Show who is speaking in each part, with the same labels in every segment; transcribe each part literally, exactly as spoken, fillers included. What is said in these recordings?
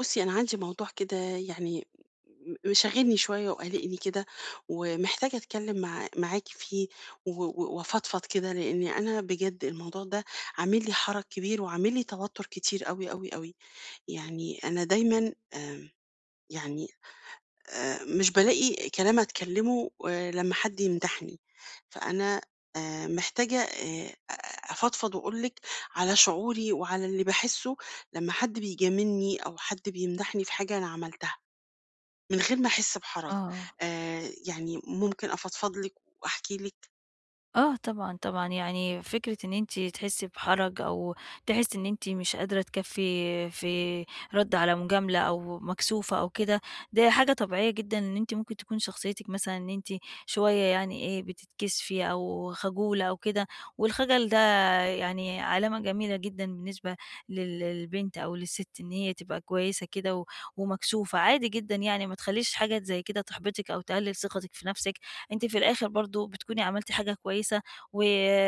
Speaker 1: بُصّي، أنا عندي موضوع كده يعني م مشاغلني شوية وقالقني كده، ومحتاجة أتكلم مع معاكِ فيه و و وأفضفض كده، لإن أنا بجد الموضوع ده عامل لي حَرَج كبير وعامل لي توتر كتير أوي، أوي، أوي. يعني أنا دايمًا آمم، يعني آآ مش بالاقي كلام أتكلمه آآ لمّا حد يمدحني، فأنا آآ محتاجة آآ أفضفض وأقول لِك على شعوري وعلى اللي باحسه لمّا حد بيجاملني أو حد بيمدحني في حاجة أنا عملتها، من غير ما أحس بحرج.
Speaker 2: آه،
Speaker 1: آآ يعني ممكن أفضفض لِك وأحكي لِك؟
Speaker 2: آه طبعًا، طبعًا، يعني فكرة إن أنتِ تحسّي بحرج أو تحسّي إن أنتِ مش قادرة تكفّي في رَد على مجاملة أو مكسوفة أو كده، ده حاجة طبيعية جدًا إن أنتِ ممكن تكون شخصيتِك مثلًا إن أنتِ شوية يعني إيه، بتتكسفي أو خجولة أو كده، والخجل ده يعني علامة جميلة جدًا بالنسبة لل للبنت أو للست إن هي تبقى كويسة كده و ومكسوفة، عادي جدًا يعني ما تخلّيش حاجة زي كده تحبطِك أو تقلِّل ثقتِك في نَفْسِك، أنتِ في الآخر برضه بتكوني عملتِ حاجة كويسة، و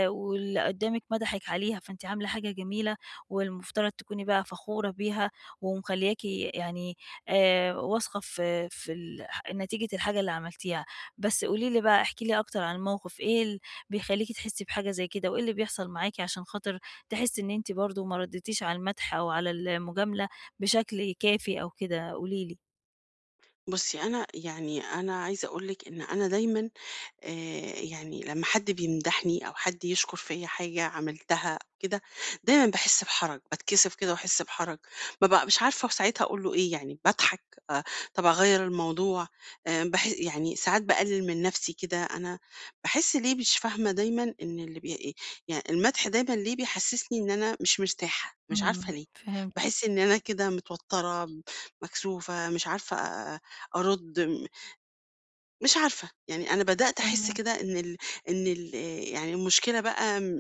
Speaker 2: واللي قدّامِك مدحِك عليها، فأنتِ عاملة حاجة جميلة، والمفترض تكوني بقى فخورة بيها، ومخلّياكِ يعني آآ واثقة في في ال نتيجة الحاجة اللي عملتيها. بس قولي لي بقى احكي لي أكتر عن الموقف، إيه ال بيخلّيكِ تحسّي بحاجة زي كده، وإيه اللي بيحصل معاكِ عشان خاطر تحسّي إن أنتِ برضه ما ردّيتيش على المدح أو على المجاملة بشكل كافي أو كده؟ قولي لي.
Speaker 1: بُصي أنا يعني أنا عايزة أقول لِك إن أنا دايمًا آآ يعني لمّا حد بيمدحني أو حد يشكر فيّا حاجة عملتها أو كده، دايمًا باحس بحرج، باتكسف كده وأحس بحرج، بابقى مش عارفة ساعتها أقول له إيه يعني، باضحك، آآ طَب أغيّر الموضوع، آآ باح يعني ساعات باقلل من نفسي كده، أنا باحس ليه مش فاهمة دايمًا إن اللي بي يعني المدح دايمًا ليه بيحسسني إن أنا مش مرتاحة، مش
Speaker 2: إمم،
Speaker 1: عارفة ليه،
Speaker 2: فهمت،
Speaker 1: باحس إن أنا كده متوترة، مكسوفة، مش عارفة أ- أرُد. مش عارفة، يعني أنا بدأت أحس
Speaker 2: فاهماكِ.
Speaker 1: كده إن ال إن ال يعني المشكلة بقى م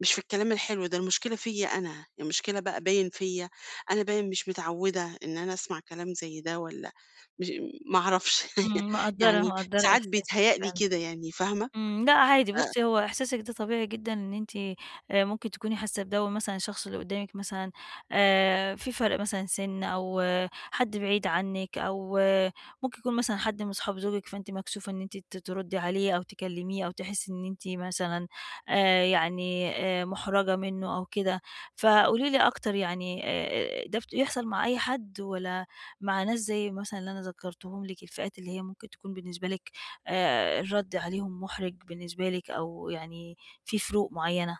Speaker 1: مش في الكلام الحلو ده، المشكلة فيّا أنا، المشكلة بقى باين فيّا، أنا باين مش متعودة إن أنا أسمع كلام زي ده والّا مش ما أعرفش
Speaker 2: إمم، مقدّرة،
Speaker 1: يعني
Speaker 2: مقدّرة
Speaker 1: ساعات
Speaker 2: إحساسِك
Speaker 1: بيتهيأ لي
Speaker 2: فعلًا.
Speaker 1: كده يعني، فاهمة؟
Speaker 2: إمم، لأ عادي بُصّي، هو إحساسِك ده طبيعي جدًا إن أنتِ آآ ممكن تكوني حاسة بده ومثلًا الشخص اللي قدّامِك مثلًا آآ في فرق مثلًا سِن أو آه، حد بعيد عنِّك أو آه، ممكن يكون مثلًا حد من أصحاب زوجِك، فأنتِ مكسوفة إن أنتِ ت تردّي عليه أو تكلّميه أو تحسّي إن أنتِ مثلًا آآ يعني آآ مُحرَجة منّه أو كده. فقولي لي أكتر يعني آآ ده بت بيحصل مع أي حد والّا مع ناس زي مثلًا اللي أنا ذكرتهم لِك، الفئات اللي هي ممكن تكون بالنسبة لِك آآ الرد عليهم مُحرِج بالنسبة لِك أو يعني في فروق معيّنة؟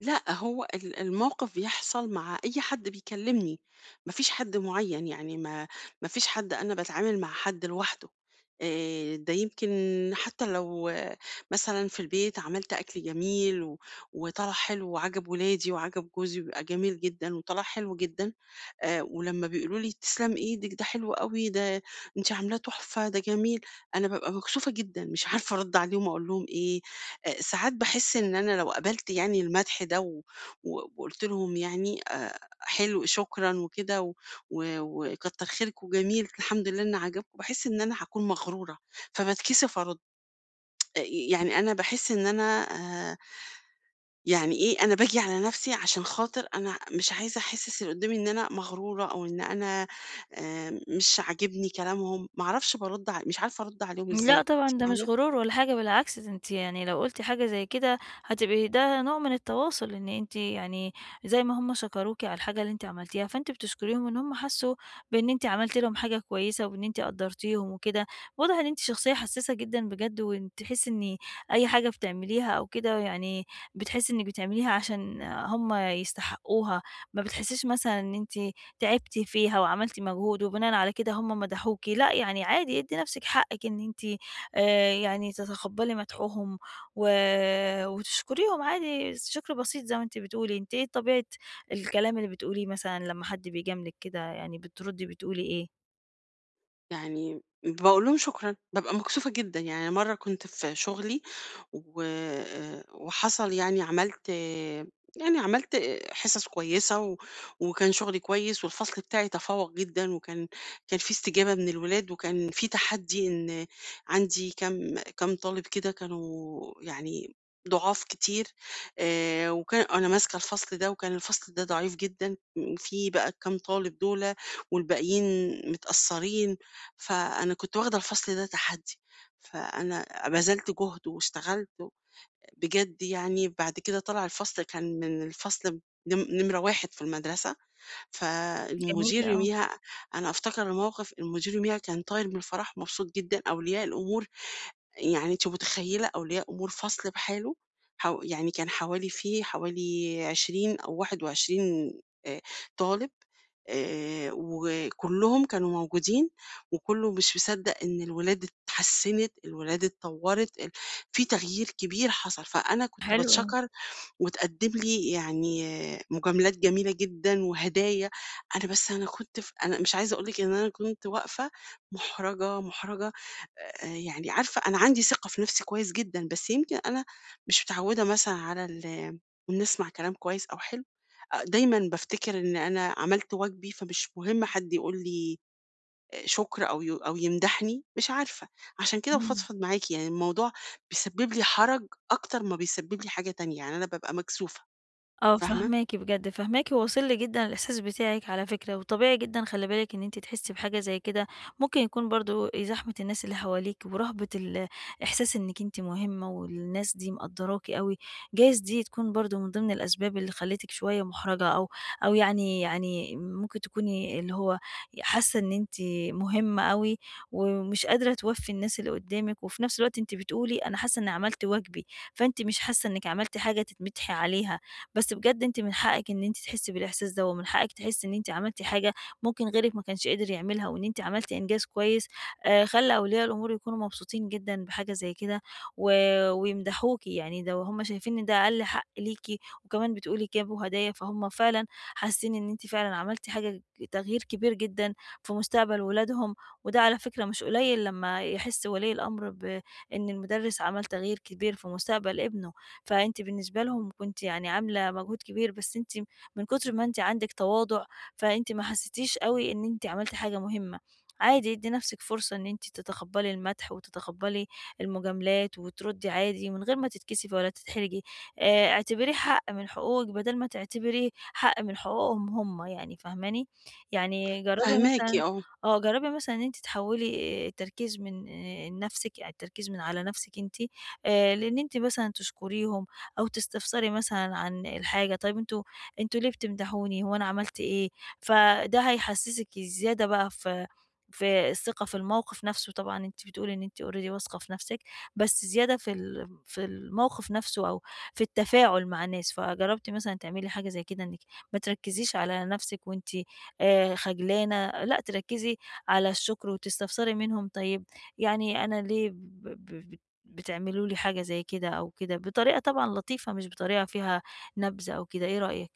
Speaker 1: لأ، هو ال الموقف بيحصل مع أي حد بيكلمني، ما فيش حد معين، يعني ما ما فيش حد أنا باتعامل مع حد لوحده، آآ، ده يمكن حتى لو آه، مثلًا في البيت عملت أكل جميل و وطلع حلو وعجب ولادي وعجب جوزي وبيبقى جميل جدًا وطلع حلو جدًا، آآ، ولمّا بيقولوا لي تسلم إيدِك ده حلو أوي، ده أنتِ عاملاه تحفة، ده جميل، أنا بابقى مكسوفة جدًا، مش عارفة أرد عليهم أقول لهم إيه. آآ ساعات باحس إن أنا لو قبلت يعني المدح ده و و وقُلت لهم يعني آآ حلو شكرًا وكده و و وكتّر خيركم جميل الحمد لله إن عجبكم، باحس إن أنا هاكون مغرورة، فباتكسف أرُد. آآ يعني أنا باحس إن أنا آآ يعني إيه، أنا باجي على نَفْسي عشان خاطر أنا مش عايزة أحسِّس اللي قُدّامي إن أنا مغرورة أو إن أنا آآ مش عاجبني كلامهم، ما أعرفش بارُد ع مش عارفة أرُد عليهم إزاي،
Speaker 2: لأ
Speaker 1: أنتِ
Speaker 2: طبعًا ده مش
Speaker 1: فاهمة؟
Speaker 2: غرور ولا حاجة، بالعكس ده أنتِ يعني لو قُلتِ حاجة زي كده هتبقي ده نوع من التواصل، إن أنتِ يعني زي ما هُم شكروكِ على الحاجة اللي أنتِ عملتيها، فأنتِ بتشكريهم إن هُم حسّوا بإن أنتِ عملتِ لهم حاجة كويسة وإن أنتِ قدّرتيهم وكده، واضح إن أنتِ شخصية حسّاسة جدًا بجد، وإن تحسّي إن أي حاجة بتعمليها أو كده يعني بتحسّي إنِّك بتعمليها عشان هُم يستحقوها، ما بتحسّيش مثلًا إن أنتِ تعبتِ فيها وعملتِ مجهود وبناءً على كده هم مدحوكِ، لأ يعني عادي ادّي نفسِك حقِّك إن أنتِ آآ يعني تتقبّلي مدحهم و وتشكريهم عادي شكر بسيط زي ما أنتِ بتقولي، أنتِ إيه طبيعة الكلام اللي بتقوليه مثلًا لمّا حد بيجاملِك كده، يعني بتردّي بتقولي إيه؟
Speaker 1: يعني باقول لهم شكرًا، بابقى مكسوفة جدًا، يعني مرّة كنت في شغلي و آآ وحصل يعني عملت آه، يعني عملت آه، حِصَص كويسة و وكان شغلي كويس والفصل بتاعي تفوّق جدًا وكان كان في استجابة من الولاد وكان في تحدّي إن عندي كام كام طالب كده كانوا يعني ضُعاف كتير آآ وكان أنا ماسكة الفصل ده وكان الفصل ده ضعيف جدًا، في بقى الكام طالب دُولة والباقيين متأثّرين فأنا كنت واخدة الفصل ده تحدي، فأنا بذلت جهد واشتغلت بجد يعني، بعد كده طلع الفصل كان من الفصل نم نمرة واحد في المدرسة،
Speaker 2: جميل
Speaker 1: فالمدير
Speaker 2: أوي،
Speaker 1: يوميها أنا أفتكر الموقف، المدير يوميها كان طاير من الفرح مبسوط جدًا، أولياء الأمور يعني أنتِ متخيّلة أولياء أمور فصل بحاله، حو يعني كان حوالي فيه حوالي عشرين أو واحد وعشرين آآ طالب، آآ وكلّهم كانوا موجودين، وكلّه مش مصدّق إن الولاد اتحسّنت، الولاد اتطوّرت، ال في تغيير كبير حصل، فأنا كنت
Speaker 2: حلو أوي،
Speaker 1: باتشكر وتقدّم لي يعني مجاملات جميلة جدًا وهدايا، أنا بس أنا كنت ف أنا مش عايزة أقول لِك إن أنا كنت واقفة مُحرَجة، مُحرَجة آآ يعني عارفة أنا عندي ثقة في نَفْسي كويس جدًا، بس يمكن أنا مش متعوّدة مثلًا على ال إن أسمع كلام كويس أو حلو، أ دايمًا بافتكر إن أنا عملت واجبي، فمش مهم حد يقول لي آآ شكر أو ي أو يمدحني، مش عارفة، عشان كده
Speaker 2: إمم.
Speaker 1: بافضفض معاكِ، يعني الموضوع بيسبِّب لي حَرَج أكتر ما بيسبِّب لي حاجة تانية، يعني أنا بابقى مكسوفة.
Speaker 2: آه،
Speaker 1: فاهمة،
Speaker 2: فاهماكِ بجد، فاهماكِ وواصل لي جدًا الإحساس بتاعِك على فكرة، وطبيعي جدًا خلّي بالِك إن أنتِ تحسّي بحاجة زي كده، ممكن يكون برضه زحمة الناس اللي حواليكِ ورهبة ال إحساس إنِّك أنتِ مهمة والناس دي مقدّراكِ أوي، جايز دي تكون برضه من ضمن الأسباب اللي خلّتِك شوية مُحرَجة أو أو يعني يعني ممكن تكوني اللي هو حاسة إن أنتِ مهمة أوي ومش قادرة توفّي الناس اللي قُدّامِك، وفي نفس الوقت أنتِ بتقولي أنا حاسة إنّي عملت واجبي، فأنتِ مش حاسة إنِّك عملتِ حاجة تتمدحي عليها، بس بجد أنتِ من حقِك إن أنتِ تحسّي بالإحساس ده، ومن حقِك تحسّي إن أنتِ عملتِ حاجة ممكن غيرِك ما كانش قدر يعملها، وإن أنتِ عملتِ إنجاز كويس آآ، خلّى أولياء الأمور يكونوا مبسوطين جدًا بحاجة زي كده، و ويمدحوكِ يعني ده وهُم شايفين إن ده أقل حق ليكِ، وكمان بتقولي جابوا هدايا، فهُم فعلًا حاسين إن أنتِ فعلًا عملتِ حاجة تغيير كبير جدًا في مستقبل ولادهم، وده على فكرة مش قليل لمّا يحس ولي الأمر بإن المدرس عمل تغيير كبير في مستقبل ابنه. فأنتِ بالنسبة لهم كنتِ يعني عاملة مجهود كبير، بس أنتِ من كتر ما أنتِ عندِك تواضع، فأنتِ ما حسيتيش أوي إن أنتِ عملتِ حاجة مهمة. عادي ادّي نفسِك فرصة إن أنتِ تتقبّلي المدح وتتقبّلي المجاملات وتردّي عادي من غير ما تتكسفي ولا تتحرجي. آآ اعتبريه حق من حقوقِك بدل ما تعتبريه حق من حقوقهم هم يعني فاهماني؟ يعني جرّبي
Speaker 1: فاهماكِ
Speaker 2: مثلًا
Speaker 1: آه،
Speaker 2: آه، جرّبي مثلًا إن أنتِ تحوّلي آه، التركيز من آآ نفسِك يعني التركيز من على نفسِك أنتِ آآ، لإن أنتِ مثلًا تشكريهم أو تستفسري مثلًا عن الحاجة، طيب أنتم أنتم ليه بتمدحوني، هو أنا عملت إيه؟ فده هيحسسِك زيادة بقى في في الثقة في الموقف نفسه، طبعًا أنتِ بتقولي إن أنتِ already واثقة في نفسِك، بس زيادة في ال في الموقف نفسه أو في التفاعل مع الناس، فجربتِ مثلًا تعملي حاجة زي كده إنِك ما تركزيش على نفسِك وأنتِ آآ، خجلانة، لأ تركزي على الشكر وتستفسري منهم، طيب يعني أنا ليه ب ب بتعملوا لي حاجة زي كده أو كده، بطريقة طبعًا لطيفة مش بطريقة فيها نبْذ أو كده، إيه رأيك؟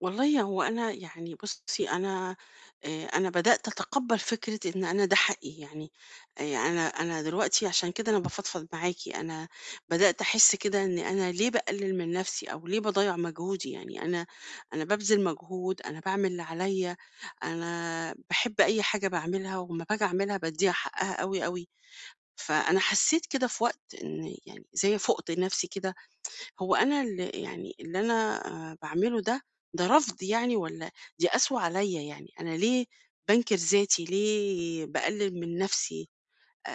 Speaker 1: والله هو أنا يعني بُصّي أنا آآ، أنا بدأت أتقبّل فكرة إن أنا ده حقي، يعني آآ، أنا أنا دلوقتي عشان كده أنا بافضفض معاكِ، أنا بدأت أحس كده إن أنا ليه باقلل من نفسي أو ليه باضيّع مجهودي، يعني أنا أنا بابذل مجهود، أنا باعمل اللي عليَّ، أنا باحب أي حاجة باعملها ولمّا باجي أعملها بادّيها حقها أوي، أوي، فأنا حسيت كده في وقت إن يعني زي فُقت نفسي كده هو أنا ال يعني اللي أنا آآ باعمله ده، ده رفض يعني والّا دي قسوة عليّا يعني؟ أنا ليه بانكر ذاتي، ليه باقلل من نفسي؟ آآ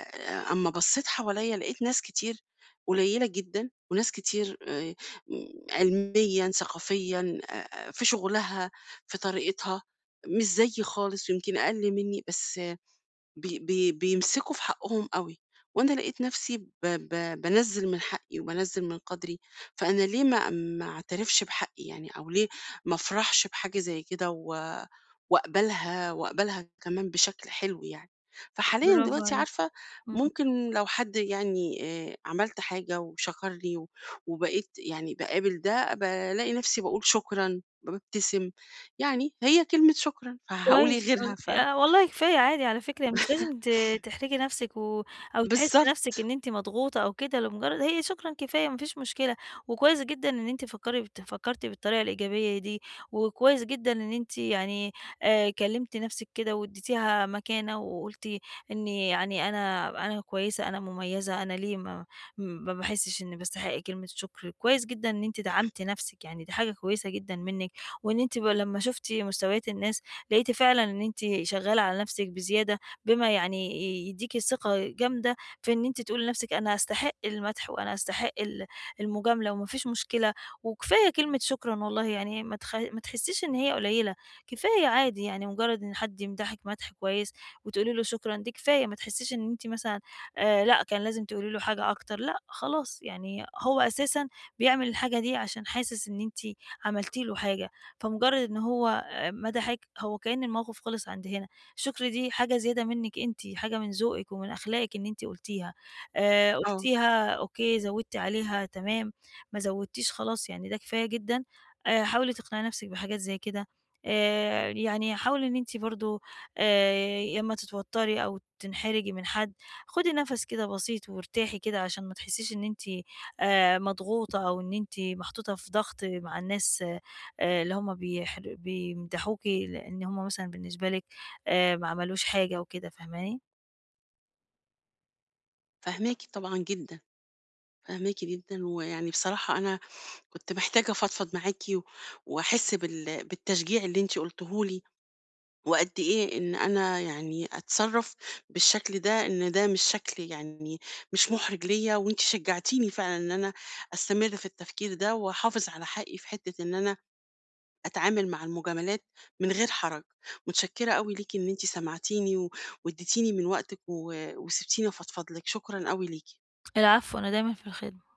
Speaker 1: آه، أمّا بصيت حواليّا لقيت ناس كتير قليلة جدًا، وناس كتير آآ علميًا، ثقافيًا، آآ في شغلها، في طريقتها، مش زيي خالص ويمكن أقل مني، بس بي بي بيمسكوا في حقهم قوي وانا لقيت نفسي ب ب بنزل من حقي وبنزل من قدري فانا ليه ما ما اعترفش بحقي يعني او ليه ما افرحش بحاجه زي كده و- واقبلها واقبلها كمان بشكل حلو يعني فحاليا
Speaker 2: برافو
Speaker 1: دلوقتي
Speaker 2: عليكِ.
Speaker 1: عارفه
Speaker 2: إمم.
Speaker 1: ممكن لو حد يعني آه، عملت حاجه وشكرني و- وبقيت يعني بقابل ده بلاقي نفسي بقول شكرا ببتسم يعني هي كلمه شكرا فهقول ايه
Speaker 2: كويس
Speaker 1: غيرها
Speaker 2: أوي،
Speaker 1: ف
Speaker 2: آآ والله كفاية عادي على فكرة، مش لازم ت تحرجي نفسِك و أو تحسّي
Speaker 1: بالظبط
Speaker 2: نفسِك إن أنتِ مضغوطة أو كده، لمجرد هي شكرًا كفاية ما فيش مشكلة، وكويس جدًا إن أنتِ فكّري بت فكّرتِ بالطريقة الإيجابية دي، وكويس جدًا إن أنتِ يعني آآ كلّمتِ نفسِك كده وادّيتيها مكانة وقُلتِ إني يعني أنا أنا كويسة، أنا مميّزة، أنا ليه ما ما باحسّش إني باستحق كلمة شكر، كويس جدًا إن أنتِ دعمتِ نفسِك، يعني دي حاجة كويسة جدًا منِّك، وإن أنتِ ب لمّا شُفتِ مستويات الناس لقيتِ فعلًا إن أنتِ شغالة على نفسِك بزيادة، بما يعني ي يديكِ ثقة جامدة في إن أنتِ تقولي لنفسِك أنا أستحق المدح، وأنا أستحق ال المجاملة وما فيش مشكلة، وكفاية كلمة شكرًا والله يعني ما تخ ما تحسيش إن هي قليلة، كفاية عادي يعني مجرد إن حد يمدحِك مدح كويس وتقولي له شكرًا دي كفاية، ما تحسيش إن أنتِ مثلًا آآ لأ كان لازم تقولي له حاجة أكتر، لأ خلاص يعني هو أساسًا بيعمل الحاجة دي عشان حاسس إن أنتِ عملتِ له حاجة، فمجرد إن هو مدى حاج هو كأن الموقف خلص عند هنا، الشكر دي حاجة زيادة منِّك أنتِ، حاجة من ذوقِك ومن أخلاقِك إن أنتِ قُلتيها، آآ
Speaker 1: اه
Speaker 2: قُلتيها أوكي، زوّدتِ عليها تمام، ما زوّدتيش خلاص يعني ده كفاية جدًا، آآ حاولي تقنعي نَفْسِك بحاجات زي كده، آآ يعني حاولي إن أنتِ برضه آآ لمّا تتوتّري أو تنحرجي من حد، خُدي نَفَس كده بسيط وارتاحي كده عشان ما تحسّيش إن أنتِ آآ مضغوطة أو إن أنتِ محطوطة في ضغط مع الناس آآ اللي هُم بيحر بيمدحوكِ لإن هُم مثلًا بالنسبة لِك آآ ما عملوش حاجة وكده، فاهماني؟
Speaker 1: فاهماكِ طبعًا جدًا، فاهماكِ جدًا، ويعني بصراحة أنا كنت محتاجة أفضفض معاكِ و وأحس بال بالتشجيع اللي أنتِ قلتيه لي، وقد إيه إن أنا يعني أتصرّف بالشكل ده، إن ده مش شكل يعني مش مُحرِج ليّا، وأنتِ شجعتيني فعلًا إن أنا أستمر في التفكير ده، وأحافظ على حقي في حتّة إن أنا أتعامل مع المجاملات من غير حرج. متشكرة أوي ليكِ إن أنتِ سمعتيني و وادّيتيني من وقتِك و وسِبتيني أفضفض لِك، شكرًا أوي ليكِ.
Speaker 2: العفو، أنا دايمًا في الخدمة.